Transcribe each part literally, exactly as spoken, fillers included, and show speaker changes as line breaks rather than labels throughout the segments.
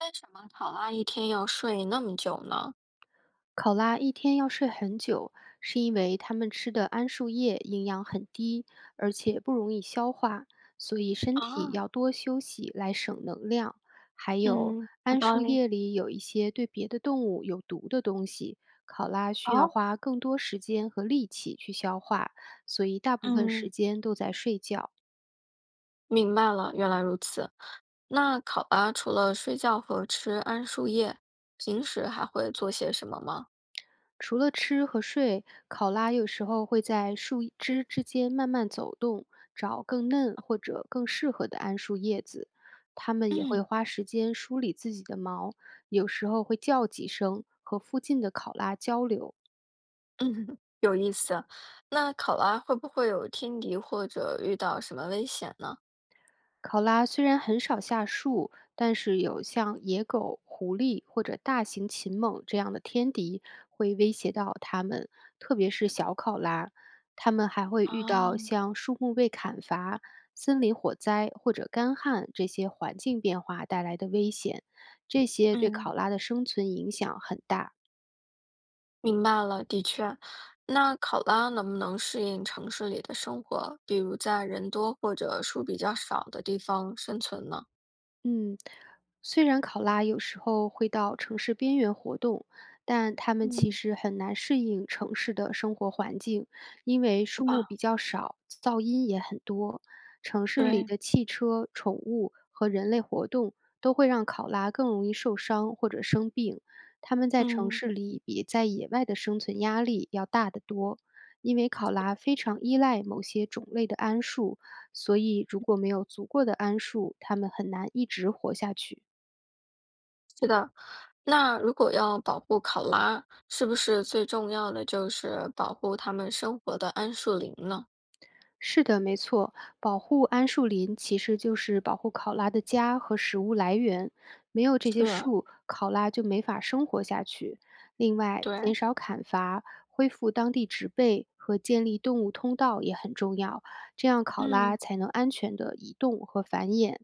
为什么考拉一天要睡那么久呢？
考拉一天要睡很久，是因为它们吃的桉树叶营养很低，而且不容易消化，所以身体
啊，
要多休息来省能量。还有，
嗯，有
桉
道
树
理。
叶里有一些对别的动物有毒的东西，考拉需要
好，
花更多时间和力气去消化，所以大部分时
嗯，
间都在睡觉。
明白了，原来如此。那考拉除了睡觉和吃桉树叶，平时还会做些什么吗？
除了吃和睡，考拉有时候会在树枝之间慢慢走动，找更嫩或者更适合的桉树叶子。它们也会
嗯，
花时间梳理自己的毛，有时候会叫几声，和附近的考拉交流。
嗯，有意思。那考拉会不会有天敌或者遇到什么危险呢？
考拉虽然很少下树，但是有像野狗、狐狸或者大型禽猛这样的天敌会威胁到它们，特别是小考拉。它们还会遇到
啊，
像树木被砍伐、森林火灾或者干旱这些环境变化带来的危险，这些对
嗯。
考拉的生存影响很大。
明白了，的确，那考拉能不能适应城市里的生活，比如在人多或者树比较少的地方生存呢？
嗯，虽然考拉有时候会到城市边缘活动，但它们其
嗯，
实很难适应城市的生活环境，因为
对
树木
吧？
比较少，噪音也很多。城市里
对，
的汽车、宠物和人类活动都会让考拉更容易受伤或者生病。它们在城
嗯，
市里比在野外的生存压力要大得多，因为考拉非常依赖某些种类的桉树，所以如果没有足够的桉树，它们很难一直活下去。
是的。那如果要保护考拉，是不是最重要的就是保护它们生活的桉树林呢？
是的，没错，保护桉树林其实就是保护考拉的家和食物来源。没有这些
是，
树，考拉就没法生活下去。另外，
对，
减少砍伐、恢复当地植被和建立动物通道也很重要，这样考拉
嗯
才能安全的移动和繁衍。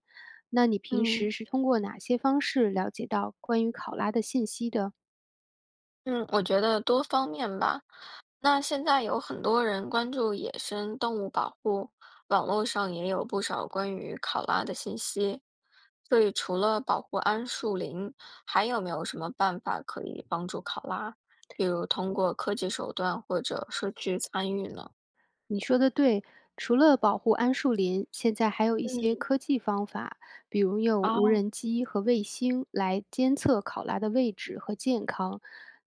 那你平
嗯
时是通过哪些方式了解到关于考拉的信息的？
嗯，我觉得多方面吧。那现在有很多人关注野生动物保护，网络上也有不少关于考拉的信息。所以，除了保护桉树林，还有没有什么办法可以帮助考拉？比如通过科技手段或者社区参与呢？
你说的对，除了保护桉树林，现在还有一些
嗯，
科技方法，比如用无
哦，
人机和卫星来监测考拉的位置和健康，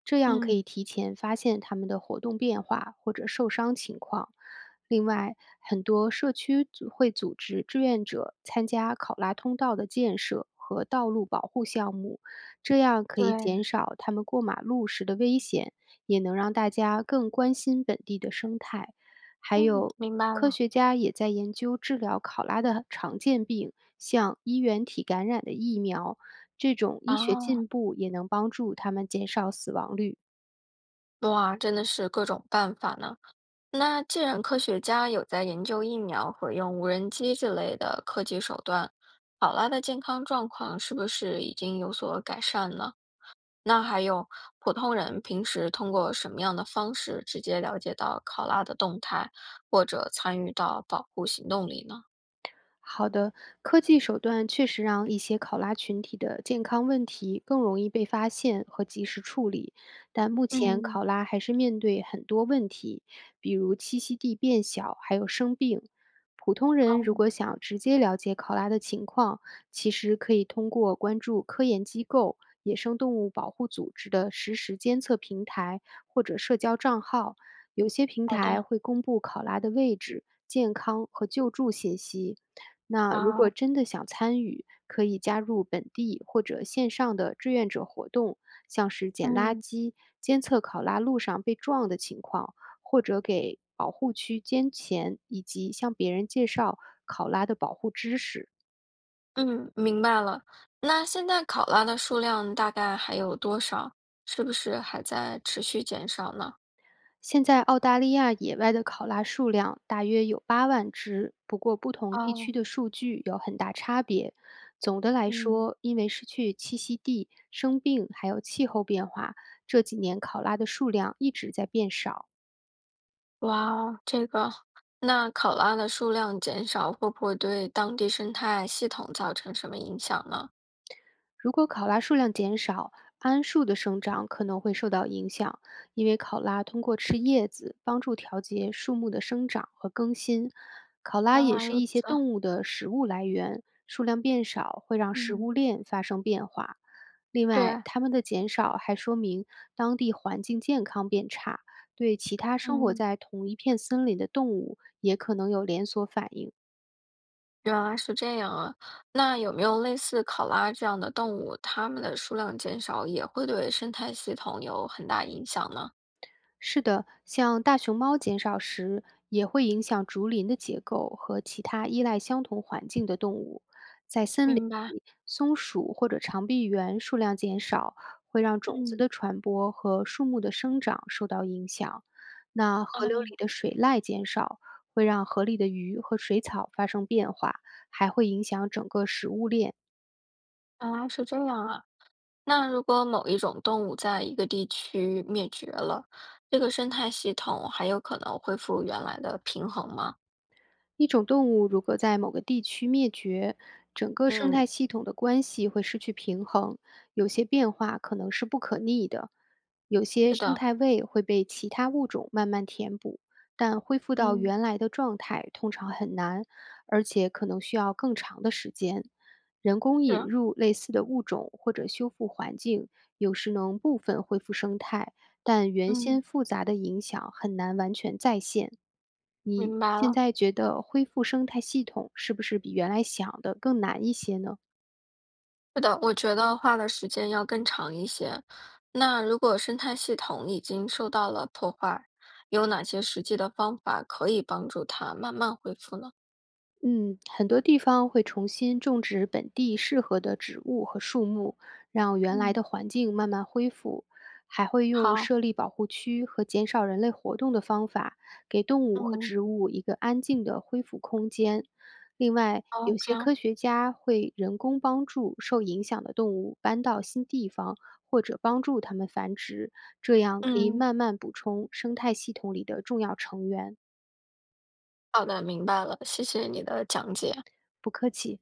这样可以
嗯，
提前发现它们的活动变化或者受伤情况。另外，很多社区组会组织志愿者参加考拉通道的建设和道路保护项目，这样可以减
对，
少它们过马路时的危险，也能让大家更关心本地的生态。还
嗯，
有
明白
科
了。
学家也在研究治疗考拉的常见病，像衣原体感染的疫苗，这种医学
啊，
进步也能帮助他们减少死亡率。
哇，真的是各种办法呢。那既然科学家有在研究疫苗和用无人机之类的科技手段，考拉的健康状况是不是已经有所改善呢？那还有普通人平时通过什么样的方式直接了解到考拉的动态，或者参与到保护行动里呢？
好的，科技手段确实让一些考拉群体的健康问题更容易被发现和及时处理，但目前
嗯，
考拉还是面对很多问题，比如栖息地变小，还有生病。普通人如
哦，
果想直接了解考拉的情况，其实可以通过关注科研机构、野生动物保护组织的实时监测平台或者社交账号，有些平
好
台
的，
会公布考拉的位置、健康和救助信息。那如果
啊，
真的想参与，可以加入本地或者线上的志愿者活动，像是捡垃
嗯
圾、监测考拉路上被撞的情况，或者给保护区捐钱，以及向别人介绍考拉的保护知识。
嗯，明白了。那现在考拉的数量大概还有多少？是不是还在持续减少呢？
现在澳大利亚野外的考拉数量大约有八万只，不过不同地
哦，
区的数据有很大差别。总的来
嗯。
说，因为失去栖息地、生病还有气候变化，这几年考拉的数量一直在变少。
哇哦，这个，那考拉的数量减少会不会对当地生态系统造成什么影响呢？
如果考拉数量减少，桉树的生长可能会受到影响，因为考拉通过吃叶子帮助调节树木的生长和更新。考拉
原
也
来
是
如
一些
此，
动物的食物来源，数量变少会让食
嗯，
物链发生变化。另外，
对，
它们的减少还说明当地环境健康变差，对其他生活
嗯，
在同一片森林的动物也可能有连锁反应。
原来是这样啊。那有没有类似考拉这样的动物，它们的数量减少也会对生态系统有很大影响呢？
是的，像大熊猫减少时，也会影响竹林的结构和其他依赖相同环境的动物。在森林
明白，
里，松鼠或者长臂猿数量减少，会让种子
嗯，
的传播和树木的生长受到影响。那河流
哦，
里的水濑减少，会让河里的鱼和水草发生变化，还会影响整个食物链。
原来是这样啊。那如果某一种动物在一个地区灭绝了，这个生态系统还有可能恢复原来的平衡吗？
一种动物如果在某个地区灭绝，整个生态
嗯，
系统的关系会失去平衡，有些变化可能是不可逆的，有些
是
生
的，
态位会被其他物种慢慢填补，但恢复到
嗯。
原来的状态通常很难，而且可能需要更长的时间。人工引
是，
入类似的物种或者修复环境，有时能部分恢复生态，但原
嗯，
先复杂的影响很难完全再现。你
明白
现
了。
在觉得恢复生态系统是不是比原来想的更难一些呢？
是的，我觉得花的时间要更长一些。那如果生态系统已经受到了破坏，有哪些实际的方法可以帮助它慢慢恢复呢？
嗯，很多地方会重新种植本地适合的植物和树木，让原来
嗯。
的环境慢慢恢复。还会用
好，
设立保护区和减少人类活动的方法，给动物和
嗯，
植物一个安静的恢复空间。另外，
哦，
有
这
些
样，
科学家会人工帮助受影响的动物搬到新地方，或者帮助它们繁殖，这样可以
嗯，
慢慢补充生态系统里的重要成员。
好的，明白了，谢谢你的讲解。
不客气。